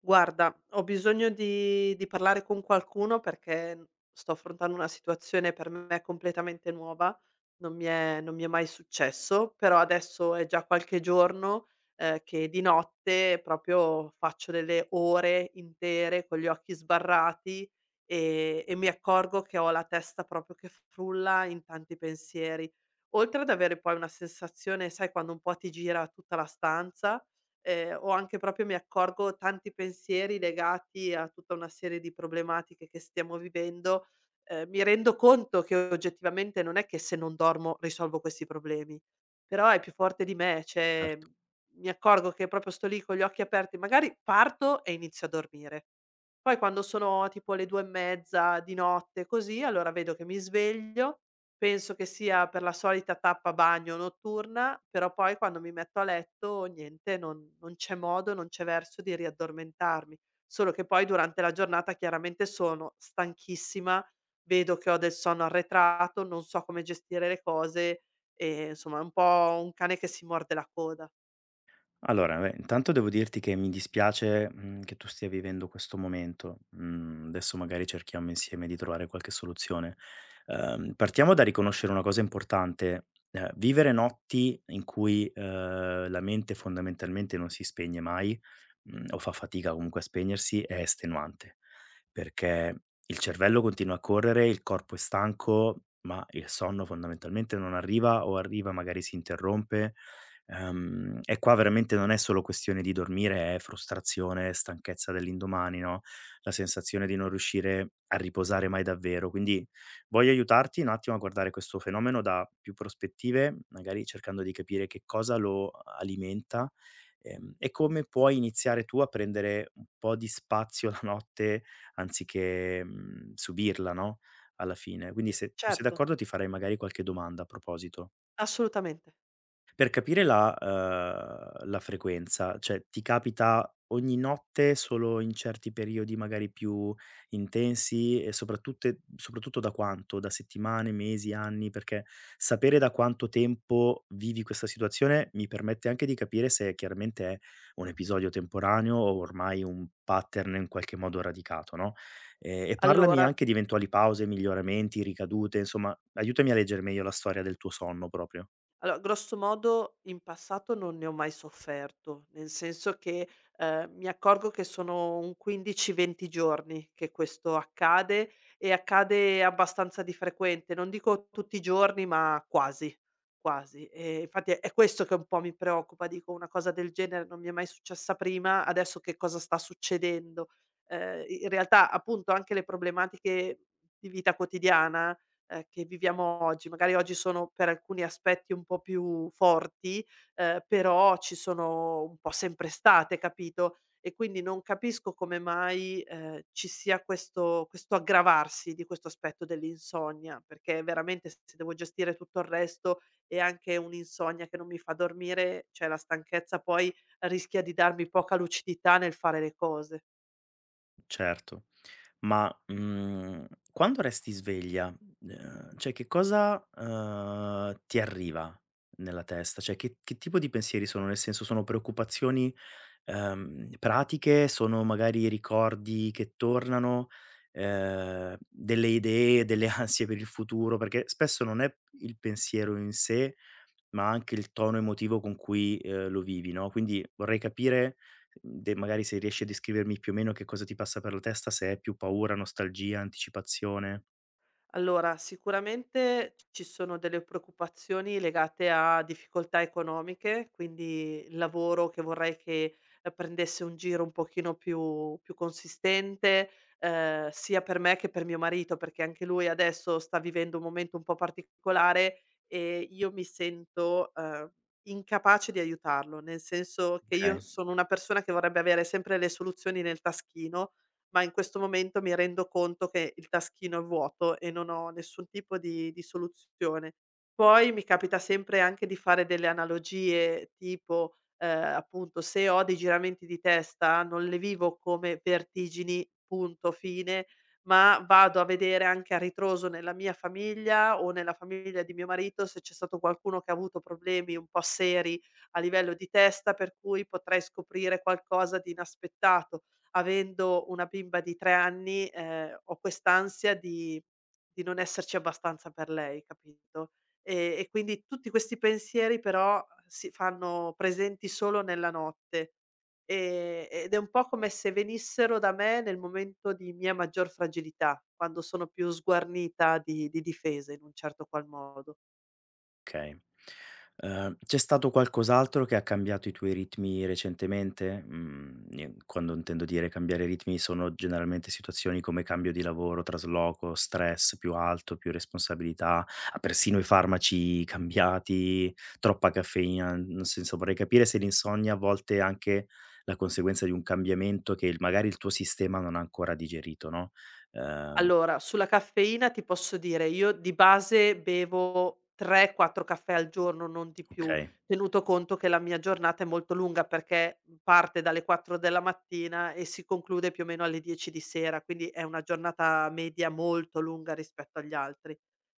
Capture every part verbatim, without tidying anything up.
Guarda, ho bisogno di di parlare con qualcuno perché, mhmm, sto affrontando una situazione per me completamente nuova, non mi è non mi è mai successo, però adesso è già qualche giorno, ehm, che di notte proprio faccio delle ore intere con gli occhi sbarrati, ehm, e mi accorgo che ho la testa proprio che frulla in tanti pensieri. Oltre ad avere poi una sensazione, sai quando un po' ti gira tutta la stanza, ehm, o anche proprio mi accorgo tanti pensieri legati a tutta una serie di problematiche che stiamo vivendo, ehm, mi rendo conto che oggettivamente non è che se non dormo risolvo questi problemi, però è più forte di me, cioè Certo. mi accorgo che proprio sto lì con gli occhi aperti, magari parto e inizio a dormire. Poi quando sono tipo le due e mezza di notte, così, allora vedo che mi sveglio. Penso che sia per la solita tappa bagno notturna, però poi quando mi metto a letto niente, non non c'è modo, non c'è verso di riaddormentarmi. Solo che poi durante la giornata chiaramente sono stanchissima, vedo che ho del sonno arretrato, non so come gestire le cose e insomma è un po' un cane che si morde la coda. Allora, beh, intanto devo dirti che mi dispiace, mhmm, che tu stia vivendo questo momento. Mhmm, adesso magari cerchiamo insieme di trovare qualche soluzione. Ehm, partiamo da riconoscere una cosa importante: ehm, vivere notti in cui, ehm, la mente fondamentalmente non si spegne mai, mhmm, o fa fatica comunque a spegnersi, è estenuante, perché il cervello continua a correre, il corpo è stanco, ma il sonno fondamentalmente non arriva o arriva magari si interrompe. Ehm, e qua veramente non è solo questione di dormire, è frustrazione, stanchezza dell'indomani, no, la sensazione di non riuscire a riposare mai davvero. Quindi voglio aiutarti un attimo a guardare questo fenomeno da più prospettive, magari cercando di capire che cosa lo alimenta, ehm, e come puoi iniziare tu a prendere un po' di spazio la notte anziché, mhmm, subirla, no, alla fine. Quindi se tu sei Certo, d'accordo ti farei magari qualche domanda a proposito. assolutamente. Per capire la uhm, la frequenza, cioè ti capita ogni notte, solo in certi periodi magari più intensi e soprattute soprattutto da quanto? Da settimane, mesi, anni? Perché sapere da quanto tempo vivi questa situazione mi permette anche di capire se chiaramente è un episodio temporaneo o ormai un pattern in qualche modo radicato, no, ehm, e parlami Allora anche di eventuali pause, miglioramenti, ricadute, insomma aiutami a leggere meglio la storia del tuo sonno proprio. Allora, grosso modo in passato non ne ho mai sofferto, nel senso che, ehm, mi accorgo che sono un quindici, venti giorni che questo accade e accade abbastanza di frequente, non dico tutti i giorni, ma quasi, quasi. Ehm, infatti è è questo che un po' mi preoccupa, dico: "Una cosa del genere non mi è mai successa prima, adesso che cosa sta succedendo?" Ehm, i in realtà appunto anche le problematiche di vita quotidiana, ehm, che viviamo oggi. Magari oggi sono per alcuni aspetti un po' più forti, ehm, però ci sono un po' sempre state, capito, e quindi non capisco come mai, ehm, ci sia questo questo aggravarsi di questo aspetto dell'insonnia, perché veramente s se devo gestire tutto il resto e anche un'insonnia che non mi fa dormire, cioè la stanchezza poi rischia di darmi poca lucidità nel fare le cose. Certo. Ma, mhmm, quando resti sveglia, ehm, cioè che cosa, uhm, ti arriva nella testa? Cioè che che tipo di pensieri sono? Nel senso, sono preoccupazioni, ehm, pratiche, sono magari ricordi che tornano, ehm, delle idee, delle ansie per il futuro? Perché spesso non è il pensiero in sé, ma anche il tono emotivo con cui, ehm, lo vivi, no, quindi vorrei capire mhmm, de magari se riesci a descrivermi più o meno che cosa ti passa per la testa, se è più paura, nostalgia, anticipazione. Allora, sicuramente ci sono delle preoccupazioni legate a difficoltà economiche, quindi il lavoro che vorrei che, eh, prendesse un giro un pochino più, più consistente, eh, sia per me che per mio marito, perché anche lui adesso sta vivendo un momento un po' particolare e io mi sento, eh, incapace di aiutarlo, nel senso che io Okay. sono una persona che vorrebbe avere sempre le soluzioni nel taschino, ma in questo momento mi rendo conto che il taschino è vuoto e non ho nessun tipo di di soluzione. Poi mi capita sempre anche di fare delle analogie tipo, ehm, appunto, se ho dei giramenti di testa non le vivo come vertigini, punto, fine, ma vado a vedere anche a ritroso nella mia famiglia o nella famiglia di mio marito se c'è stato qualcuno che ha avuto problemi un po' seri a livello di testa, per cui potrei scoprire qualcosa di inaspettato avendo una bimba di tre anni. Ehm, ho quest'ansia di di non esserci abbastanza per lei, capito? Ehm, e quindi tutti questi pensieri però si fanno presenti solo nella notte, ehm, ed è un po' come se venissero da me nel momento di mia maggior fragilità, quando sono più sguarnita di di difese in un certo qual modo. Okay. Ehm, c'è stato qualcos'altro che ha cambiato i tuoi ritmi recentemente? Mhmm, nie quando intendo dire cambiare ritmi sono generalmente situazioni come cambio di lavoro, trasloco, stress più alto, più responsabilità, ah, persino i farmaci cambiati, troppa caffeina, nel senso vorrei capire se l'insonnia a volte è anche la conseguenza di un cambiamento che il magari il tuo sistema non ha ancora digerito, no? Ehm Allora, sulla caffeina ti posso dire, io di base bevo tre, quattro caffè al giorno, non di più, okay. tenuto conto che la mia giornata è molto lunga perché parte dalle quattro della mattina e si conclude più o meno alle dieci di sera, quindi è una giornata media molto lunga rispetto agli altri.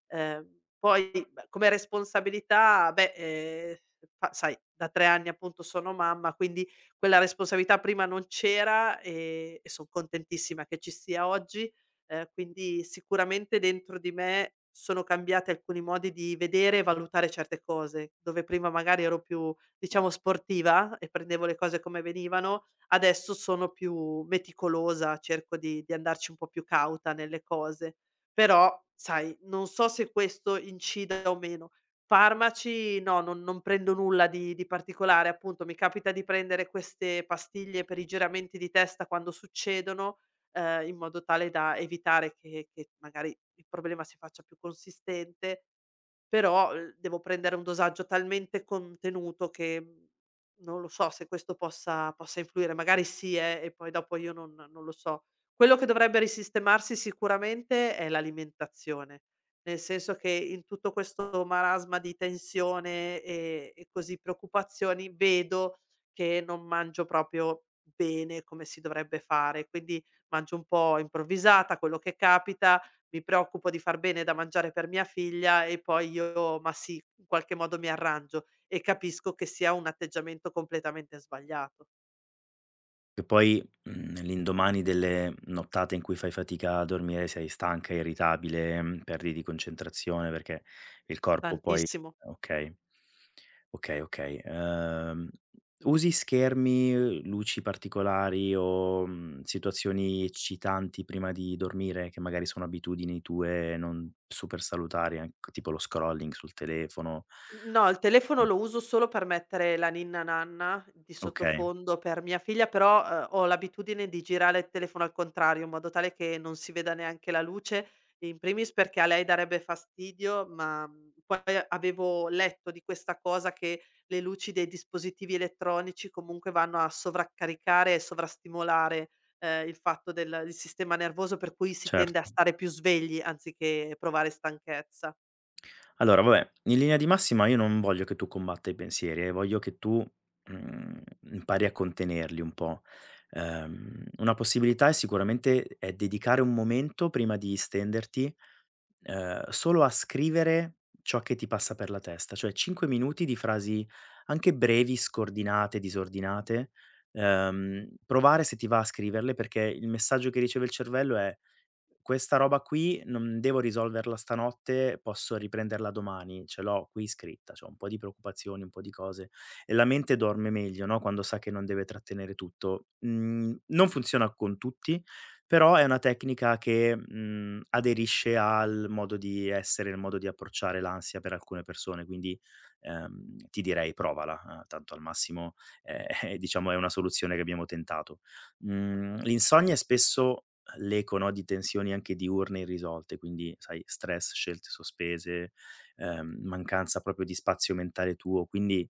Ehm, poi beh, come responsabilità, beh, ehm, fa sai, da tre anni appunto sono mamma, quindi quella responsabilità prima non c'era, ehm, e son contentissima che ci sia oggi. Ehm, quindi sicuramente dentro di me sono cambiati alcuni modi di vedere e valutare certe cose, dove prima magari ero più, diciamo, sportiva e prendevo le cose come venivano, adesso sono più meticolosa, cerco di di andarci un po' più cauta nelle cose. Però sai, non so se questo incida o meno. Farmaci no, non non prendo nulla di di particolare, appunto mi capita di prendere queste pastiglie per i giramenti di testa quando succedono, ehm, in modo tale da evitare che che magari il problema si faccia più consistente, però, uhm, devo prendere un dosaggio talmente contenuto che, mhmm, non lo so se questo possa possa influire, magari sì eh, e poi dopo io non non lo so. Quello che dovrebbe risistemarsi sicuramente è l'alimentazione, nel senso che in tutto questo marasma di tensione e e così preoccupazioni, vedo che non mangio proprio bene come si dovrebbe fare, quindi mangio un po' improvvisata, quello che capita, mi preoccupo di far bene da mangiare per mia figlia e poi io ma sì, in qualche modo mi arrangio e capisco che sia un atteggiamento completamente sbagliato, Che poi, mhmm, l'indomani delle nottate in cui fai fatica a dormire sei stanca, irritabile, mhmm, perdi di concentrazione perché il corpo poi. tantissimo. Okay. Okay, okay. Ehm, usi schermi, luci particolari o, mhmm, situazioni eccitanti prima di dormire, che magari sono abitudini tue non super salutari, anc tipo lo scrolling sul telefono? Mhmm, no, il telefono lo uso solo per mettere la ninna nanna di Okay, sottofondo per mia figlia, però, uhm, ho l'abitudine di girare il telefono al contrario, in modo tale che non si veda neanche la luce, in primis perché a lei darebbe fastidio, ma, mhmm, poi avevo letto di questa cosa che le luci dei dispositivi elettronici comunque vanno a sovraccaricare e sovrastimolare, ehm, il fatto del il sistema nervoso, per cui si tende a certo. stare più svegli anziché provare stanchezza. Allora vabbè, in linea di massima io non voglio che tu combatta i pensieri, eh, voglio che tu, mhmm, impari a contenerli un po'. Ehm, una possibilità è sicuramente è dedicare un momento prima di stenderti ehm, solo a scrivere ciò che ti passa per la testa, cioè cinque minuti di frasi anche brevi, scordinate, disordinate, ehm, provare se ti va a scriverle perché il messaggio che riceve il cervello è: "Questa roba qui non devo risolverla stanotte, posso riprenderla domani, ce l'ho qui scritta". C'ho un po' di preoccupazioni, un po' di cose e la mente dorme meglio, no, quando sa che non deve trattenere tutto. Mhmm, non funziona con tutti, però è una tecnica che, mhmm, aderisce al modo di essere, il modo di approcciare l'ansia per alcune persone, quindi, ehm, ti direi provala, eh, tanto al massimo, ehm, diciamo è una soluzione che abbiamo tentato. Mhmm, l'insonnia è spesso l'eco, no, di tensioni anche diurne irrisolte, quindi sai stress, scelte sospese, ehm, mancanza proprio di spazio mentale tuo, quindi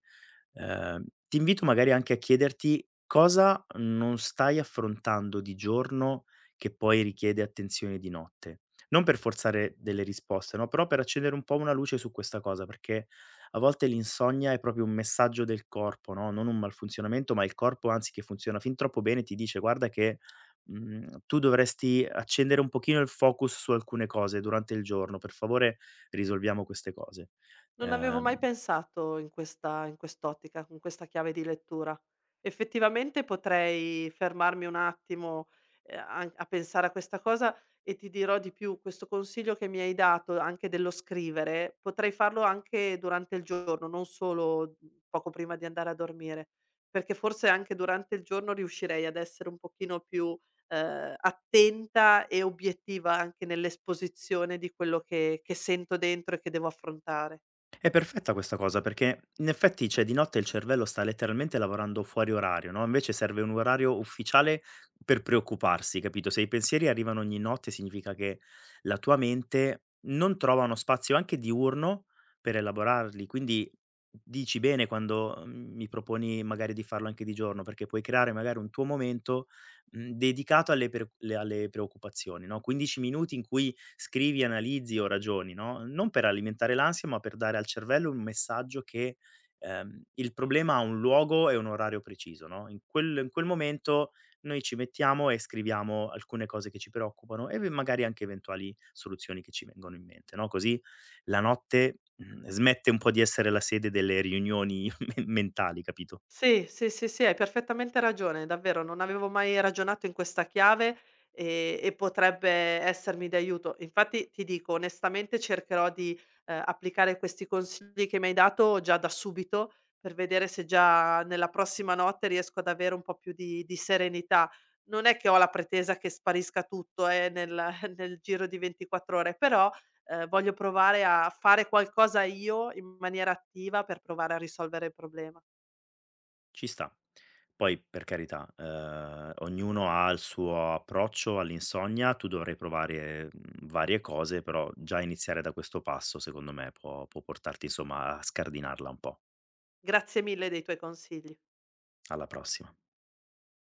Ehm, ti invito magari anche a chiederti cosa non stai affrontando di giorno che poi richiede attenzione di notte. Non per forzare delle risposte, no, però per accendere un po' una luce su questa cosa, perché a volte l'insonnia è proprio un messaggio del corpo, no, non un malfunzionamento, ma il corpo anzi che funziona fin troppo bene ti dice: "Guarda che, mhmm, tu dovresti accendere un pochino il focus su alcune cose durante il giorno. Per favore risolviamo queste cose." Non avevo Ehm mai pensato in questa in quest'ottica, con questa chiave di lettura. Effettivamente potrei fermarmi un attimo, ehm, an a pensare a questa cosa e ti dirò di più, questo consiglio che mi hai dato anche dello scrivere, potrei farlo anche durante il giorno, non solo, mhmm, poco prima di andare a dormire, perché forse anche durante il giorno riuscirei ad essere un pochino più, ehm, attenta e obiettiva anche nell'esposizione di quello che che sento dentro e che devo affrontare. È perfetta questa cosa perché in effetti, cioè, di notte il cervello sta letteralmente lavorando fuori orario, no, invece serve un orario ufficiale per preoccuparsi, capito? Se i pensieri arrivano ogni notte significa che la tua mente non trova uno spazio anche diurno per elaborarli, quindi dici bene quando, mhmm, mi proponi magari di farlo anche di giorno, perché puoi creare magari un tuo momento, mhmm, dedicato alle per le alle preoccupazioni, no, quindici minuti in cui scrivi, analizzi o ragioni, no, non per alimentare l'ansia, ma per dare al cervello un messaggio che, ehm, il problema ha un luogo e un orario preciso, no, in quel in quel momento noi ci mettiamo e scriviamo alcune cose che ci preoccupano e v magari anche eventuali soluzioni che ci vengono in mente, no, così la notte, mhmm, smette un po' di essere la sede delle riunioni men mentali, capito? Sì, sì, sì, sì, hai perfettamente ragione, davvero, non avevo mai ragionato in questa chiave e e potrebbe essermi d'aiuto. Infatti ti dico, onestamente cercherò di, ehm, applicare questi consigli che mi hai dato già da subito, per vedere se già nella prossima notte riesco ad avere un po' più di di serenità. Non è che ho la pretesa che sparisca tutto, eh, nel nel giro di ventiquattro ore, però, ehm, voglio provare a fare qualcosa io in maniera attiva per provare a risolvere il problema. Ci sta. Poi, per carità, ehm, ognuno ha il suo approccio all'insonnia, tu dovrai provare, mhmm, varie cose, però già iniziare da questo passo, secondo me, può può portarti, insomma, a scardinarla un po'. Grazie mille dei tuoi consigli. Alla prossima.